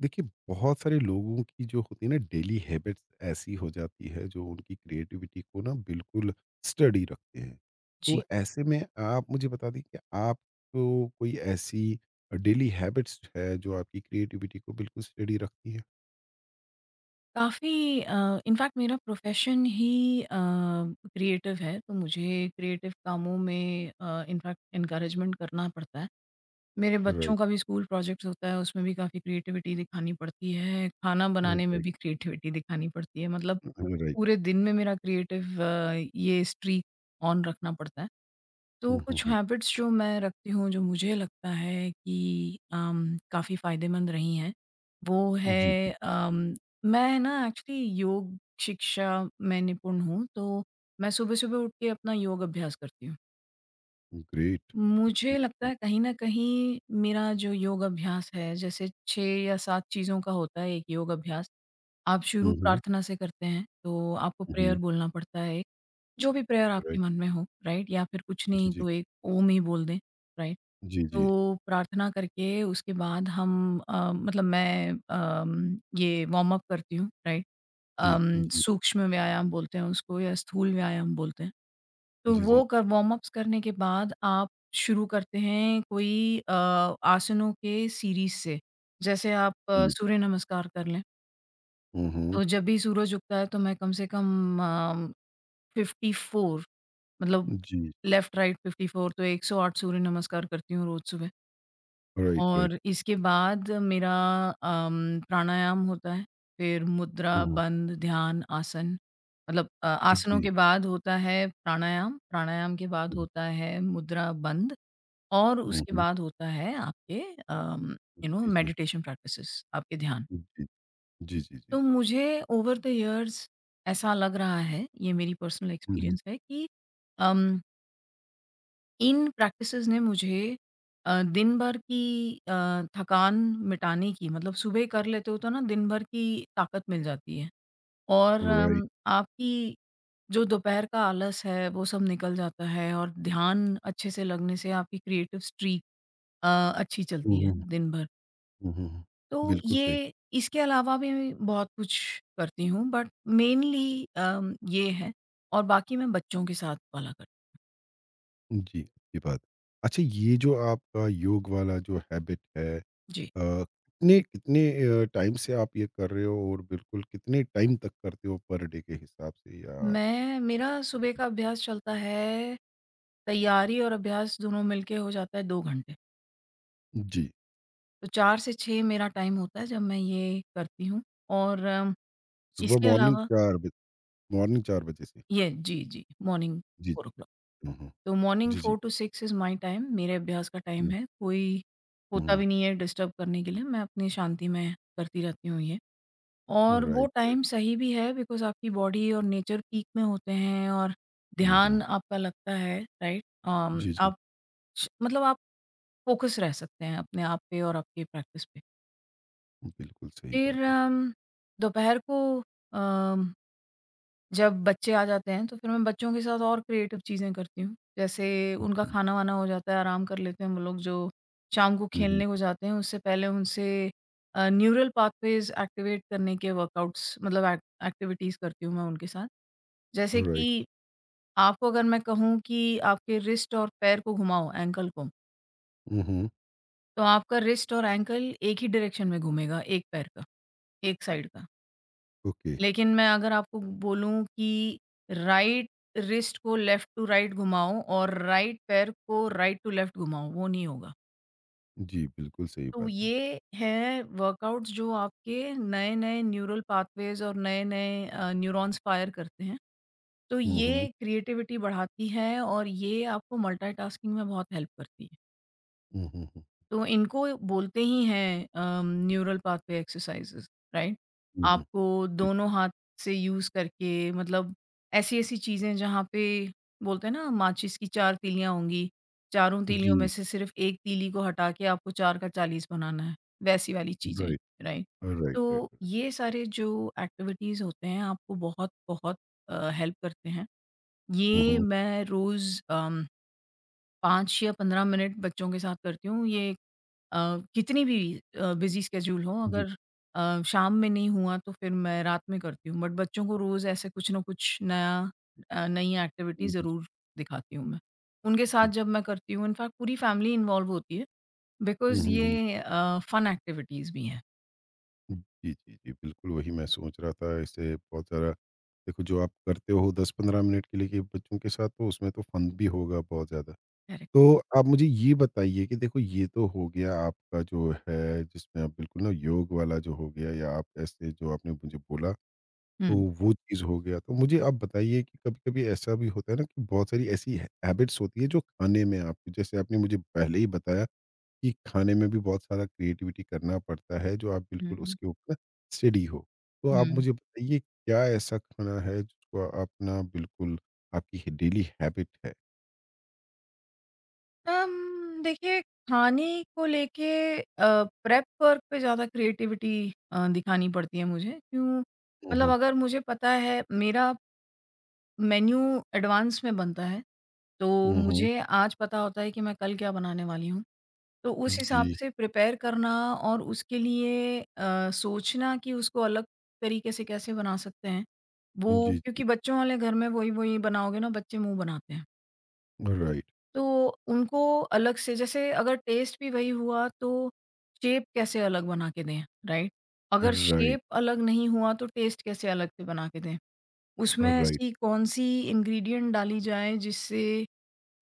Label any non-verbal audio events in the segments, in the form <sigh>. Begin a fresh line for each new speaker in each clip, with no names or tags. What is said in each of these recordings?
देखिए बहुत सारे लोगों की जो होती है ना डेली हैबिट्स ऐसी हो जाती है जो उनकी क्रिएटिविटी को ना बिल्कुल स्टडी रखते हैं। तो
जी।
ऐसे में आप मुझे बता दें कि आपको कोई ऐसी डेली हैबिट्स है जो आपकी क्रिएटिविटी को बिल्कुल स्टडी रखती है।
काफ़ी इनफैक्ट मेरा प्रोफ़ेशन ही क्रिएटिव है, तो मुझे क्रिएटिव कामों में इनफैक्ट एनकरेजमेंट करना पड़ता है। मेरे
राइट,
बच्चों का भी स्कूल प्रोजेक्ट्स होता है, उसमें भी काफ़ी क्रिएटिविटी दिखानी पड़ती है, खाना बनाने में
राइट,
भी क्रिएटिविटी दिखानी पड़ती है। मतलब
राइट।
पूरे दिन में मेरा क्रिएटिव ये स्ट्रीक ऑन रखना पड़ता है। तो
हम्म,
कुछ
हम्म,
हैबिट्स जो मैं रखती हूँ, जो मुझे लगता है कि काफ़ी फ़ायदेमंद रही हैं, वो
जी, जी।
है मैं ना एक्चुअली योग शिक्षा में निपुण हूँ, तो मैं सुबह-सुबह उठ के अपना योग अभ्यास करती हूँ।
ग्रेट। जी,
मुझे लगता
जी,
है कहीं न कहीं मेरा जो योग अभ्यास है, जैसे 6 या 7 चीज़ों का होता है एक योग अभ्यास। आप शुरू
हम्म,
प्रार्थना से करते हैं, तो आपको
हम्म।
प्रेयर बोलना पड़ता है। जो भी प्रेयर आपके
राइट।
मन में हो, राइट? या फिर कुछ
जी,
नहीं
जी,
तो एक ओम ही बोल दें, राइट?
जी, जी,
तो प्रार्थना करके उसके बाद हम मतलब मैं ये वार्म अप करती हूँ, राइट?
जी, जी,
सूक्ष्म व्यायाम बोलते हैं उसको या स्थूल व्यायाम बोलते हैं। तो
जी, जी,
वो कर वार्म अप्स करने के बाद आप शुरू करते हैं कोई आसनों के सीरीज़ से। जैसे आप
जी।
सूर्य नमस्कार कर लें,
हम्म।
तो जब भी सूरज उगता है तो मैं कम से कम अ 54 मतलब
जी।
लेफ्ट राइट 54 तो 108 सूर्य नमस्कार करती हूँ रोज़ सुबह।
Right, right.
और इसके बाद मेरा प्राणायाम होता है, फिर मुद्रा,
हम्म।
बंध, ध्यान, आसन मतलब आसनों
जी।
के बाद होता है प्राणायाम, प्राणायाम के बाद होता है मुद्रा, बंध और
हुँ,
उसके
हुँ।
बाद होता है आपके अम, यू नो
जी, जी।
मेडिटेशन प्रैक्टिसेस आपके ध्यान।
जी, जी, जी, जी।
तो मुझे ओवर द इयर्स ऐसा लग रहा है, ये मेरी पर्सनल
हुँ, हुँ।
एक्सपीरियंस है कि अम इन प्रैक्टिसेज़ ने मुझे दिन भर की थकान मिटाने की मतलब सुबह कर लेते हो तो ना दिन भर की ताकत मिल जाती है और
राइट।
आपकी जो दोपहर का आलस है वो सब निकल जाता है और ध्यान अच्छे से लगने से आपकी क्रिएटिव स्ट्रीक अ, अच्छी
हुँ,
चलती है
हुँ।
दिन भर।
हुँ, हुँ, हुँ।
तो
बिल्कुल सही।
ये इसके अलावा भी मैं बहुत कुछ करती हूँ बट मेनली ये है और बाकी मैं बच्चों के साथ वाला कर।
जी, ये बात। अच्छा, ये जो आपका योग वाला जो हैबिट है,
जी।
कितने कितने टाइम से आप ये कर रहे हो और बिल्कुल कितने टाइम तक करते हो पर डे के हिसाब से या
मैं मेरा सुबह का अभ्यास चलता है, तैयारी और अभ्यास दोनों मिलके हो जाता है 2 घंटे।
जी,
तो 4 से 6 मेरा टाइम होता है जब मैं ये करती हूँ और
सुबह
इसके
मॉर्निंग
अलावा
4 बजे, मॉर्निंग 4 बजे से?
ये जी, जी, मॉर्निंग
जी,
4 ओ
जी।
क्लॉक।
हुँ, हुँ।
तो मॉर्निंग
जी, जी।
4 टू 6 इज़ माय टाइम मेरे अभ्यास का टाइम
हुँ,
है। कोई होता
हुँ,
भी नहीं है डिस्टर्ब करने के लिए, मैं अपनी शांति में करती रहती हूँ ये।
हुँ।
और वो
राइट, राइट।
टाइम सही भी है बिकॉज़ आपकी बॉडी और नेचर पीक में होते हैं और
हुँ,
ध्यान
हुँ।
आपका लगता है, राइट?
जी, जी।
आप श मतलब आप फ़ोकस रह सकते हैं अपने आप पे और आपकी प्रैक्टिस पे।
बिल्कुल सही बात
फिर
है।
दोपहर को अम, जब बच्चे आ जाते हैं तो फिर मैं बच्चों के साथ और क्रिएटिव चीज़ें करती हूँ। जैसे
हुँ,
उनका
हुँ।
खाना-वाना हो जाता है, आराम कर लेते हैं वो लोग जो शाम को
हुँ, हुँ।
खेलने को जाते हैं उससे पहले उनसे न्यूरल पाथवेज़ एक्टिवेट करने के वर्कआउट्स मतलब एक्टिविटीज़ करती हूँ मैं उनके साथ। जैसे
राइट।
कि आपको अगर मैं कहूँ कि आपके रिस्ट और पैर को घुमाओ एंकल को,
हुँ, हुँ,
तो आपका रिस्ट और एंकल एक ही डायरेक्शन में घूमेगा, एक पैर का, एक साइड का।
ओके।
लेकिन मैं अगर आपको बोलूँ कि राइट रिस्ट को लेफ्ट टू राइट घुमाओ और राइट पैर को राइट टू लेफ्ट घुमाओ, वो नहीं होगा।
जी, बिल्कुल सही
तो
बात है।
ये है वर्कआउट्स जो आपके नए-नए न्यूरल पाथवेज़ और नए-नए न्यूरॉन्स फायर करते हैं। तो
हुँ, हुँ,
ये क्रिएटिविटी बढ़ाती है और ये आपको मल्टीटास्किंग में बहुत हेल्प करती है।
हुँ, हुँ, हुँ,
तो इनको बोलते ही हैं न्यूरल पाथवे एक्सरसाइजेस, राइट?
हुँ, हुँ,
आपको
जी,
दोनों हाथ से यूज़ करके मतलब ऐसी-ऐसी चीज़ें जहाँ पे बोलते हैं ना माचिस की 4 तीलियाँ होंगी, चारों तीलियों में
जी,
से सिर्फ़ 1 तीली को हटा के आपको 4 का 40 बनाना है, वैसी वाली चीज़ें,
राइट,
राइट?
राइट, राइट,
तो
राइट।
ये सारे जो एक्टिविटीज़ होते हैं आपको बहुत-बहुत हेल्प करते हैं।
हुँ,
ये
हुँ,
मैं रोज़ 5 या 15 मिनट बच्चों के साथ करती हूँ। ये अ, कितनी भी बिज़ी स्केड्यूल हो,
जी,
अगर शाम में नहीं हुआ तो फिर मैं रात में करती हूँ बट बच्चों को रोज़ ऐसे कुछ ना कुछ नई एक्टिविटी
हुँ, जी,
ज़रूर दिखाती हूँ मैं। उनके साथ
हुँ,
जब मैं करती हूँ इनफैक्ट पूरी फैमिली इन्वॉल्व होती है
हुँ,
बिकॉज़
हुँ, हुँ,
ये फन एक्टिविटीज़ भी हैं।
हुँ, जी, जी, जी, बिल्कुल वही मैं सोच रहा था, इससे बहुत सारा। देखो, जो आप करते हो 10-15 मिनट के लिए कि बच्चों के साथ, तो उसमें तो फन भी होगा बहुत ज़्यादा।
करेक्ट।
तो आप मुझे ये बताइए कि देखो ये तो हो गया आपका, जो है जिसमें आप बिल्कुल ना योग वाला जो हो गया या आप ऐसे जो आपने मुझे बोला, तो
हुँ,
वो चीज़ हो गया। तो मुझे आप बताइए कि कभी-कभी ऐसा भी होता है ना कि बहुत सारी ऐसी है हैबिट्स होती है जो खाने में, आप जैसे आपने मुझे पहले ही बताया कि खाने में भी बहुत सारा क्रिएटिविटी करना पड़ता है, जो आप
हुँ,
बिल्कुल
हुँ।
उसके ऊपर स्टडी हो। तो आप मुझे बताइए क्या ऐसा खाना है जिसको अपना बिल्कुल आपकी डेली हैबिट है?
देखिए खाने को लेके अ, प्रेप वर्क पे ज़्यादा क्रिएटिविटी दिखानी पड़ती है मुझे। क्यों
हुँ,
मतलब
हुँ।
अगर मुझे पता है मेरा मेन्यू एडवांस में बनता है, तो
हुँ, हुँ।
मुझे आज पता होता है कि मैं कल क्या बनाने वाली हूँ। तो उस हिसाब
जी।
से प्रिपेयर करना और उसके लिए सोचना कि उसको अलग तरीके से कैसे बना सकते हैं, वो
जी, जी।
क्योंकि बच्चों वाले घर में वही-वही बनाओगे ना बच्चे मुँह बनाते हैं।
राइट,
तो उनको अलग से जैसे अगर टेस्ट भी वही हुआ तो शेप कैसे अलग बना के दें, राइट? अगर
राइट,
शेप अलग नहीं हुआ तो टेस्ट कैसे अलग से बना के दें? उसमें
राइट।
ऐसी कौन-सी इंग्रीडिएंट डाली जाए जिससे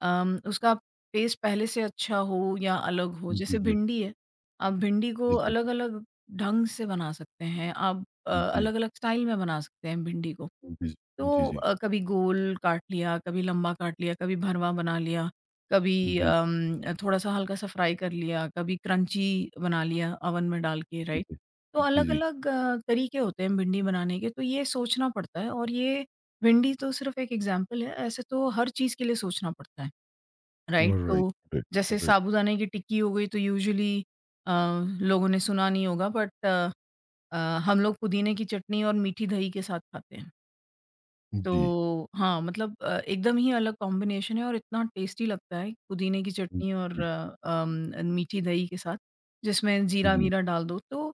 उसका टेस्ट पहले से अच्छा हो या अलग हो,
जी,
जैसे
जी।
भिंडी है, आप भिंडी को
जी, जी।
अलग-अलग ढंग से बना सकते हैं, आप
जी।
अलग-अलग स्टाइल में बना सकते हैं भिंडी को।
जी, जी। जी,
तो
जी।
कभी गोल काट लिया, कभी लंबा काट लिया, कभी भरवा बना लिया, कभी
जी,
थोड़ा-सा हल्का-सा फ्राई कर लिया, कभी क्रंची बना लिया ओवन में डाल के,
जी,
राइट?
जी।
तो
जी, जी।
अलग-अलग तरीके होते हैं भिंडी बनाने के, तो ये सोचना पड़ता है और ये भिंडी तो सिर्फ़ एक एग्ज़ाम्पल है, ऐसे तो हर चीज़ के लिए सोचना पड़ता है। राइट?
राइट,
तो
राइट,
जैसे
राइट।
साबूदाने की टिक्की हो गई तो यूजुअली अ, लोगों ने सुना नहीं होगा बट अ, हम लोग पुदीने की चटनी और मीठी दही के साथ खाते हैं।
जी।
तो हाँ, मतलब एकदम ही अलग कॉम्बिनेशन है और इतना टेस्टी लगता है पुदीने की
हुँ,
चटनी और
जी,
मीठी दही के साथ, जिसमें
जी, जी।
जीरा-वीरा डाल दो। तो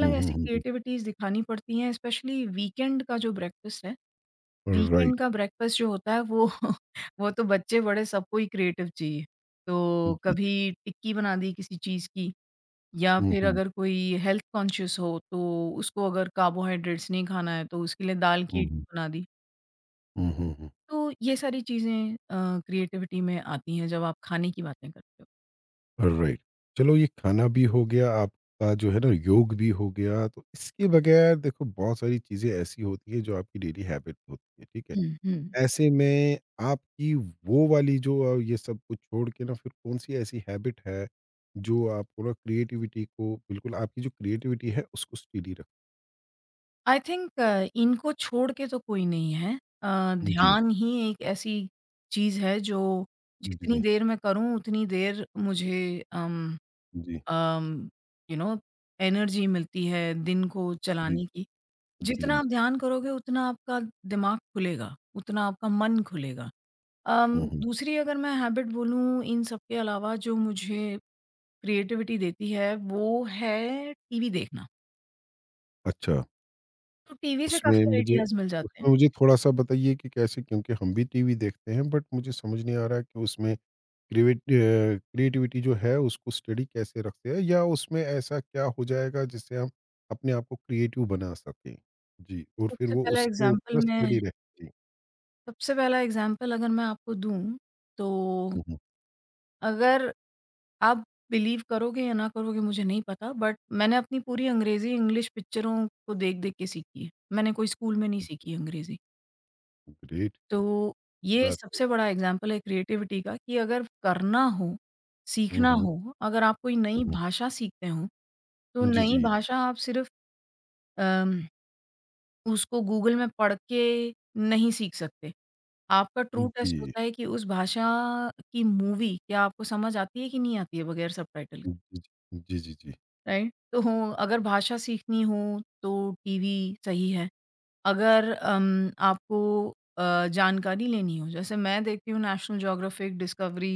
हुँ, हुँ,
ऐसी
हुँ, हुँ।
क्रिएटिविटीज़ दिखानी पड़ती हैं, स्पेशली वीकेंड का जो ब्रेकफ़ास्ट है। वीकेंड
राइट,
का ब्रेकफ़ास्ट जो होता है वो <laughs> वो तो बच्चे बड़े सबको ही क्रिएटिव चाहिए। तो
जी।
कभी टिक्की बना दी किसी चीज़ की या
हुँ,
फिर
हुँ,
अगर कोई हेल्थ कॉन्शियस हो तो उसको अगर कार्बोहाइड्रेट्स नहीं खाना है तो उसके लिए दाल की
हुँ, हुँ,
इडली बना दी।
हुँ, हुँ, हुँ।
तो ये सारी चीज़ें क्रिएटिविटी में आती हैं जब आप खाने की बातें करते हो।
राइट। चलो ये खाना भी हो गया, आपका जो है ना योग भी हो गया, तो इसके बगैर देखो बहुत सारी चीज़ें ऐसी होती है जो आपकी डेली हैबिट होती है, ठीक है?
हुँ, हुँ।
ऐसे में आपकी वो वाली जो ये सब कुछ छोड़ के ना फिर कौन-सी ऐसी हैबिट है, जो आपको ना क्रिएटिविटी को बिल्कुल आपकी जो क्रिएटिविटी है उसको स्टेडी रख।
आई थिंक इनको छोड़ के तो कोई नहीं है।
जी,
ध्यान ही एक ऐसी चीज़ है जो जितनी
जी,
देर मैं करूँ उतनी देर मुझे अम
जी,
अम, यू नो एनर्जी मिलती है दिन को
जी।
चलाने की।
जी, जी,
जितना
जी।
आप ध्यान करोगे उतना आपका दिमाग खुलेगा, उतना आपका मन खुलेगा।
हुँ, हुँ।
दूसरी अगर मैं हैबिट बोलूँ इन सब के अलावा जो मुझे क्रिएटिविटी देती है वो है टीवी देखना।
अच्छा।
तो टीवी से
उसमें
काफ़ी
मुझे
आइडियाज़ मिल जाते हैं।
उसमें मुझे थोड़ा-सा बताइए कि कैसे, क्योंकि हम भी टीवी देखते हैं बट मुझे समझ नहीं आ रहा है कि उसमें क्रिएटिविटी जो है उसको स्टडी कैसे रखते हैं या उसमें ऐसा क्या हो जाएगा जिससे हम अपने आप को क्रिएटिव बना सकें? जी, और फिर
सबसे
वो
पहला
उसके
एग्ज़ाम्पल
ऊपर
मैं
स्टडी रहे। जी।
सबसे पहला एग्ज़ाम्पल अगर मैं आपको दूँ, तो
हुँ, हुँ।
अगर आप बिलीव करोगे या ना करोगे मुझे नहीं पता बट मैंने अपनी पूरी अंग्रेज़ी इंग्लिश पिक्चरों को देख-देख के सीखी है। मैंने कोई स्कूल में नहीं सीखी अंग्रेज़ी।
ग्रेट
तो ये
बात है।
सबसे बड़ा एग्ज़ाम्पल है क्रिएटिविटी का कि अगर करना हो,
हुँ,
सीखना
हुँ,
हो, अगर आप कोई
हुँ,
नई
हुँ।
भाषा सीखते हो, तो
जी,
नई
जी।
भाषा आप सिर्फ़ अम, उसको गूगल में पढ़ के नहीं सीख सकते। आपका ट्रू टेस्ट
जी,
होता है कि उस भाषा की मूवी क्या आपको समझ आती है कि नहीं आती है बगैर सबटाइटल के।
जी, जी, जी, जी।
राइट? तो अगर भाषा सीखनी हो तो टीवी सही है। अगर आपको जानकारी लेनी हो जैसे मैं देखती हूँ नेशनल ज्योग्राफिक, डिस्कवरी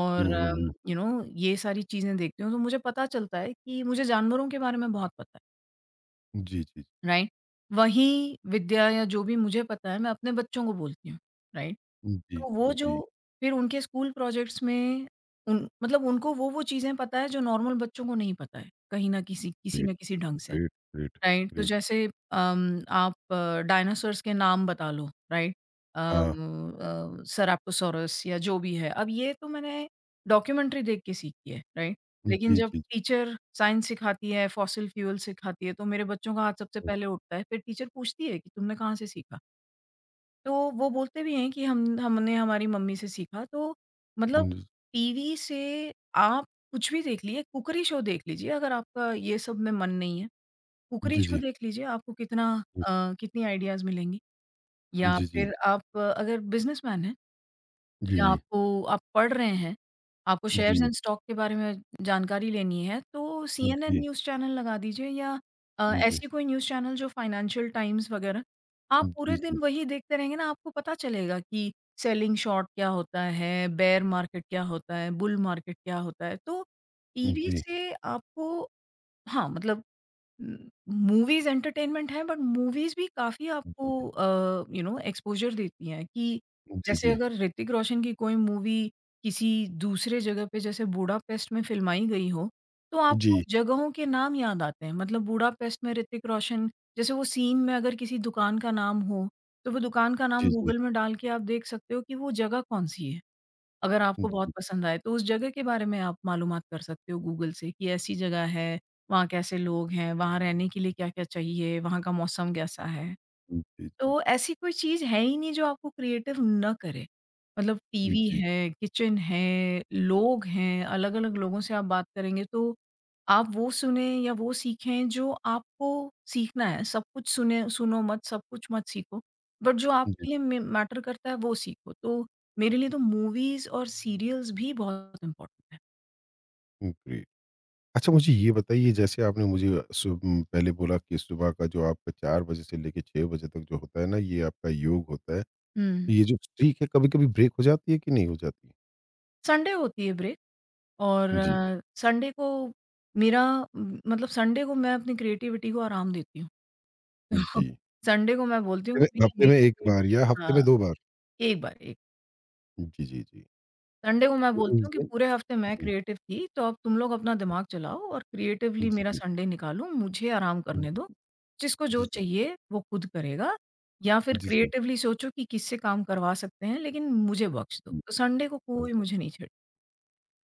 और
हुँ, हुँ, हुँ।
यू नो ये सारी चीज़ें देखती हूँ तो मुझे पता चलता है कि मुझे जानवरों के बारे में बहुत पता
जी, जी,
है, राइट? वहीं विद्या या जो भी मुझे पता है मैं अपने बच्चों को बोलती हूँ, राइट?
जी,
तो वो जो
जी,
फिर उनके स्कूल प्रोजेक्ट्स में उन मतलब उनको वो-वो चीज़ें पता है जो नॉर्मल बच्चों को नहीं पता है, कहीं न किसी किसी
ग्रेट,
न किसी ढंग से,
ग्रेट, ग्रेट,
राइट? तो
ग्रेट।
जैसे आप डायनासोर्स के नाम बता लो, राइट?
हाँ।
सेराप्टोसॉरस या जो भी है। अब ये तो मैंने डॉक्यूमेंट्री देख के सीखी है, राइट? लेकिन
जी,
जब
जी।
टीचर साइंस सिखाती है, फॉसिल फ्यूल सिखाती है, तो मेरे बच्चों का हाथ सबसे
हुँ,
पहले उठता है। फिर टीचर पूछती है कि तुमने कहाँ से सीखा? तो वो बोलते भी हैं कि हम हमने हमारी मम्मी से सीखा। तो मतलब
हुँ,
टीवी से आप कुछ भी देख लीजिए, कुकरी शो देख लीजिए अगर आपका ये सब में मन नहीं है। कुकरी
जी,
शो
जी,
देख लीजिए, आपको
जी,
कितनी आइडियाज़ मिलेंगी। या
जी, जी,
फिर आप अगर बिज़नेसमैन हैं या
जी,
आपको आप पढ़ रहे हैं, आपको हुँ।
जी,
शेयर्स
जी,
एंड स्टॉक के बारे में जानकारी लेनी है, तो सीएनएन
जी,
न्यूज़ चैनल लगा दीजिए या
जी,
ऐसी कोई न्यूज़ चैनल जो फाइनेंशियल टाइम्स वगैरह, आप
जी, जी,
पूरे दिन
जी,
वही देखते रहेंगे ना, आपको पता चलेगा कि सेलिंग शॉर्ट क्या होता है, बेयर मार्केट क्या होता है, बुल मार्केट क्या होता है। तो
जी,
टीवी
जी,
से आपको हाँ, मतलब मूवीज एंटरटेनमेंट है बट मूवीज भी काफी आपको
जी,
यू नो एक्सपोजर देती हैं कि
जी,
जैसे
जी,
अगर ऋतिक रोशन की कोई मूवी किसी दूसरे जगह पे जैसे बूडापेस्ट में फिल्माई गई हो तो आपको
जी,
जगहों के नाम याद आते हैं मतलब बूडापेस्ट में ऋतिक रोशन जैसे वो सीन में अगर किसी दुकान का नाम हो तो वो दुकान का नाम
जी,
गूगल में डाल के आप देख सकते हो कि वो जगह कौन सी है, अगर आपको बहुत पसंद आए, तो उस जगह के बारे में आप मालूमात कर सकते हो गूगल से कि ऐसी जगह है, वहाँ कैसे लोग हैं, वहाँ रहने के लिए क्या-क्या चाहिए, वहाँ का मौसम कैसा है। तो ऐसी कोई चीज़ है ही नहीं जो आपको क्रिएटिव ना करे। मतलब टीवी
जी,
है, किचन है, लोग हैं, अलग-अलग लोगों से आप बात करेंगे तो आप वो सुने या वो सीखें जो आपको सीखना है। सब कुछ सुने सुनो मत, सब कुछ मत सीखो, बट जो
जी,
आपके लिए मे मैटर करता है वो सीखो। तो मेरे लिए तो मूवीज़ और सीरियल्स भी बहुत इम्पोर्टेंट है।
ग्रेट। अच्छा मुझे ये बताइए जैसे आपने मुझे पहले बोला कि सुबह का जो आपका 4 बजे से लेके 6 बजे तक जो होता है ना, ये आपका योग होता है।
हुँ।
तो ये जो स्ट्रीक है, कभी-कभी ब्रेक हो जाती है कि नहीं हो जाती?
संडे होती है ब्रेक और
जी,
संडे को मेरा मतलब संडे को मैं अपनी क्रिएटिविटी को आराम देती हूँ। <laughs>
जी।
संडे को मैं बोलती हूँ कि भैया
हफ्ते
मेरी
में 1
creative-
बार या हफ्ते में
हाँ,
2 बार?
एक बार एक
जी, जी, जी।
संडे को मैं
तो
बोलती
उस
हूँ कि
दिन।
पूरे हफ्ते मैं
जी,
क्रिएटिव थी, तो अब तुम लोग अपना दिमाग चलाओ और क्रिएटिवली
जी,
मेरा
जी।
संडे निकालो, मुझे आराम
हुँ,
करने दो। जिसको
जी,
जो
जी।
चाहिए वो खुद करेगा या फिर
जी, जी।
क्रिएटिवली सोचो कि किससे काम करवा सकते हैं, लेकिन मुझे बख्श दो।
हुँ,
तो संडे को
हुँ।
कोई मुझे नहीं छेड़े।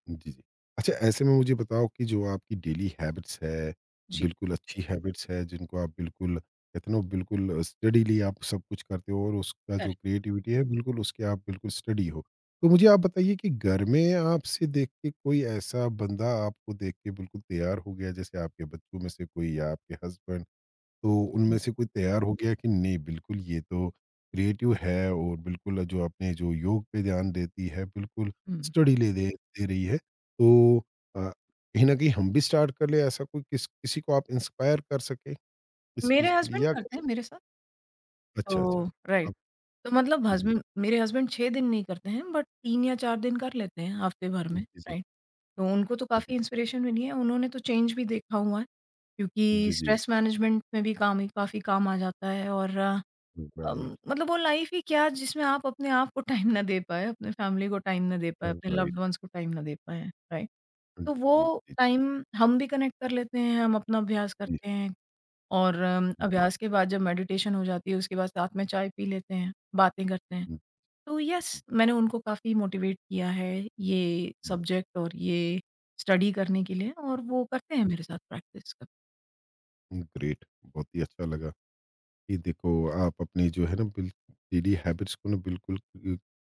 जी, जी। अच्छा, ऐसे में मुझे बताओ कि जो आपकी डेली हैबिट्स है,
जी,
बिल्कुल अच्छी हैबिट्स है जिनको आप बिल्कुल कहते हैं ना, बिल्कुल स्टडीली आप सब कुछ करते हो और उसका जो
करेक्ट।
क्रिएटिविटी है बिल्कुल उसके आप बिल्कुल स्टडी हो। तो मुझे आप बताइए कि घर में आपसे देख के कोई ऐसा बंदा आपको देख के बिल्कुल तैयार हो गया जैसे आपके बच्चों में से कोई या आपके हस्बैंड, तो उनमें से कोई तैयार हो गया कि नहीं, बिल्कुल ये तो क्रिएटिव है और बिल्कुल जो आपने जो योग पे ध्यान देती है बिल्कुल
हुँ,
स्टडी ले दे दे रही है, तो अ, कहीं ना कहीं हम भी स्टार्ट कर ले, ऐसा कोई किसी को आप इंस्पायर कर सके इस
मेरे
चीज़ के लिए
हस्बैंड
या
करते
कोई—
हैं मेरे साथ,
अच्छा, अच्छा।
तो राइट।
आप
तो मतलब
जी, जी,
हस्बैंड मेरे हस्बैंड 6 दिन नहीं करते हैं, बट 3 या 4 दिन कर लेते हैं हफ्ते भर
जी,
में,
जी,
राइट। तो उनको तो
जी,
काफ़ी इंस्पिरेशन मिली है, उन्होंने तो चेंज भी देखा हुआ है
जी, जी,
क्योंकि
जी,
स्ट्रेस मैनेजमेंट में भी काम ही काफ़ी काम आ जाता है और
राइट,
मतलब वो लाइफ ही क्या जिसमें आप अपने आप को टाइम ना दे पाएँ, अपने फैमिली को टाइम ना दे पाएँ, अपने
राइट,
लव्ड वन्स को टाइम ना दे पाएँ, राइट?
जी,
तो
जी,
वो
जी,
टाइम हम भी कनेक्ट कर लेते हैं, हम अपना अभ्यास
जी,
करते हैं और अभ्यास के बाद जब मेडिटेशन हो जाती है उसके बाद साथ में चाय पी लेते हैं, बातें करते हैं। तो
जी, जी,
यस मैंने उनको काफ़ी मोटिवेट किया है ये सब्जेक्ट और ये स्टडी करने के लिए और वो करते हैं मेरे साथ प्रैक्टिस कभी।
जी। ग्रेट, बहुत ही अच्छा लगा कि देखो आप अपनी जो है ना बिल डेली हैबिट्स को ना बिल्कुल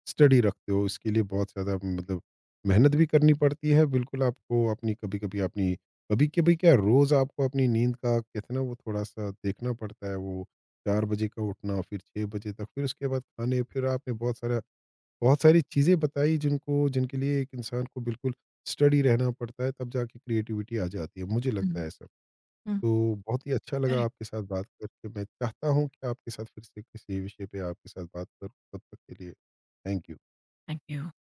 स्टडी रखते हो। इसके लिए बहुत ज़्यादा मतलब मेहनत भी करनी पड़ती है, बिल्कुल आपको अपनी कभी कभी अपनी, कभी कभी क्या रोज़ आपको अपनी नींद का कहते हैं ना, वो थोड़ा सा देखना पड़ता है, वो 4 बजे का उठना फिर 6 बजे तक, फिर उसके बाद खाने, फिर आपने बहुत सारा, बहुत सारी चीज़ें बताई जिनको जिनके लिए एक इंसान को बिल्कुल स्टडी रहना पड़ता है, तब जाके क्रिएटिविटी आ जाती है, मुझे लगता
हुँ।
है ऐसा।
हुँ,
तो बहुत ही अच्छा लगा
करेक्ट,
आपके साथ बात करके। मैं चाहता हूँ कि आपके साथ फिर से किसी विषय पे आपके साथ बात करूँ। तब तक के लिए थैंक यू।
Thank you.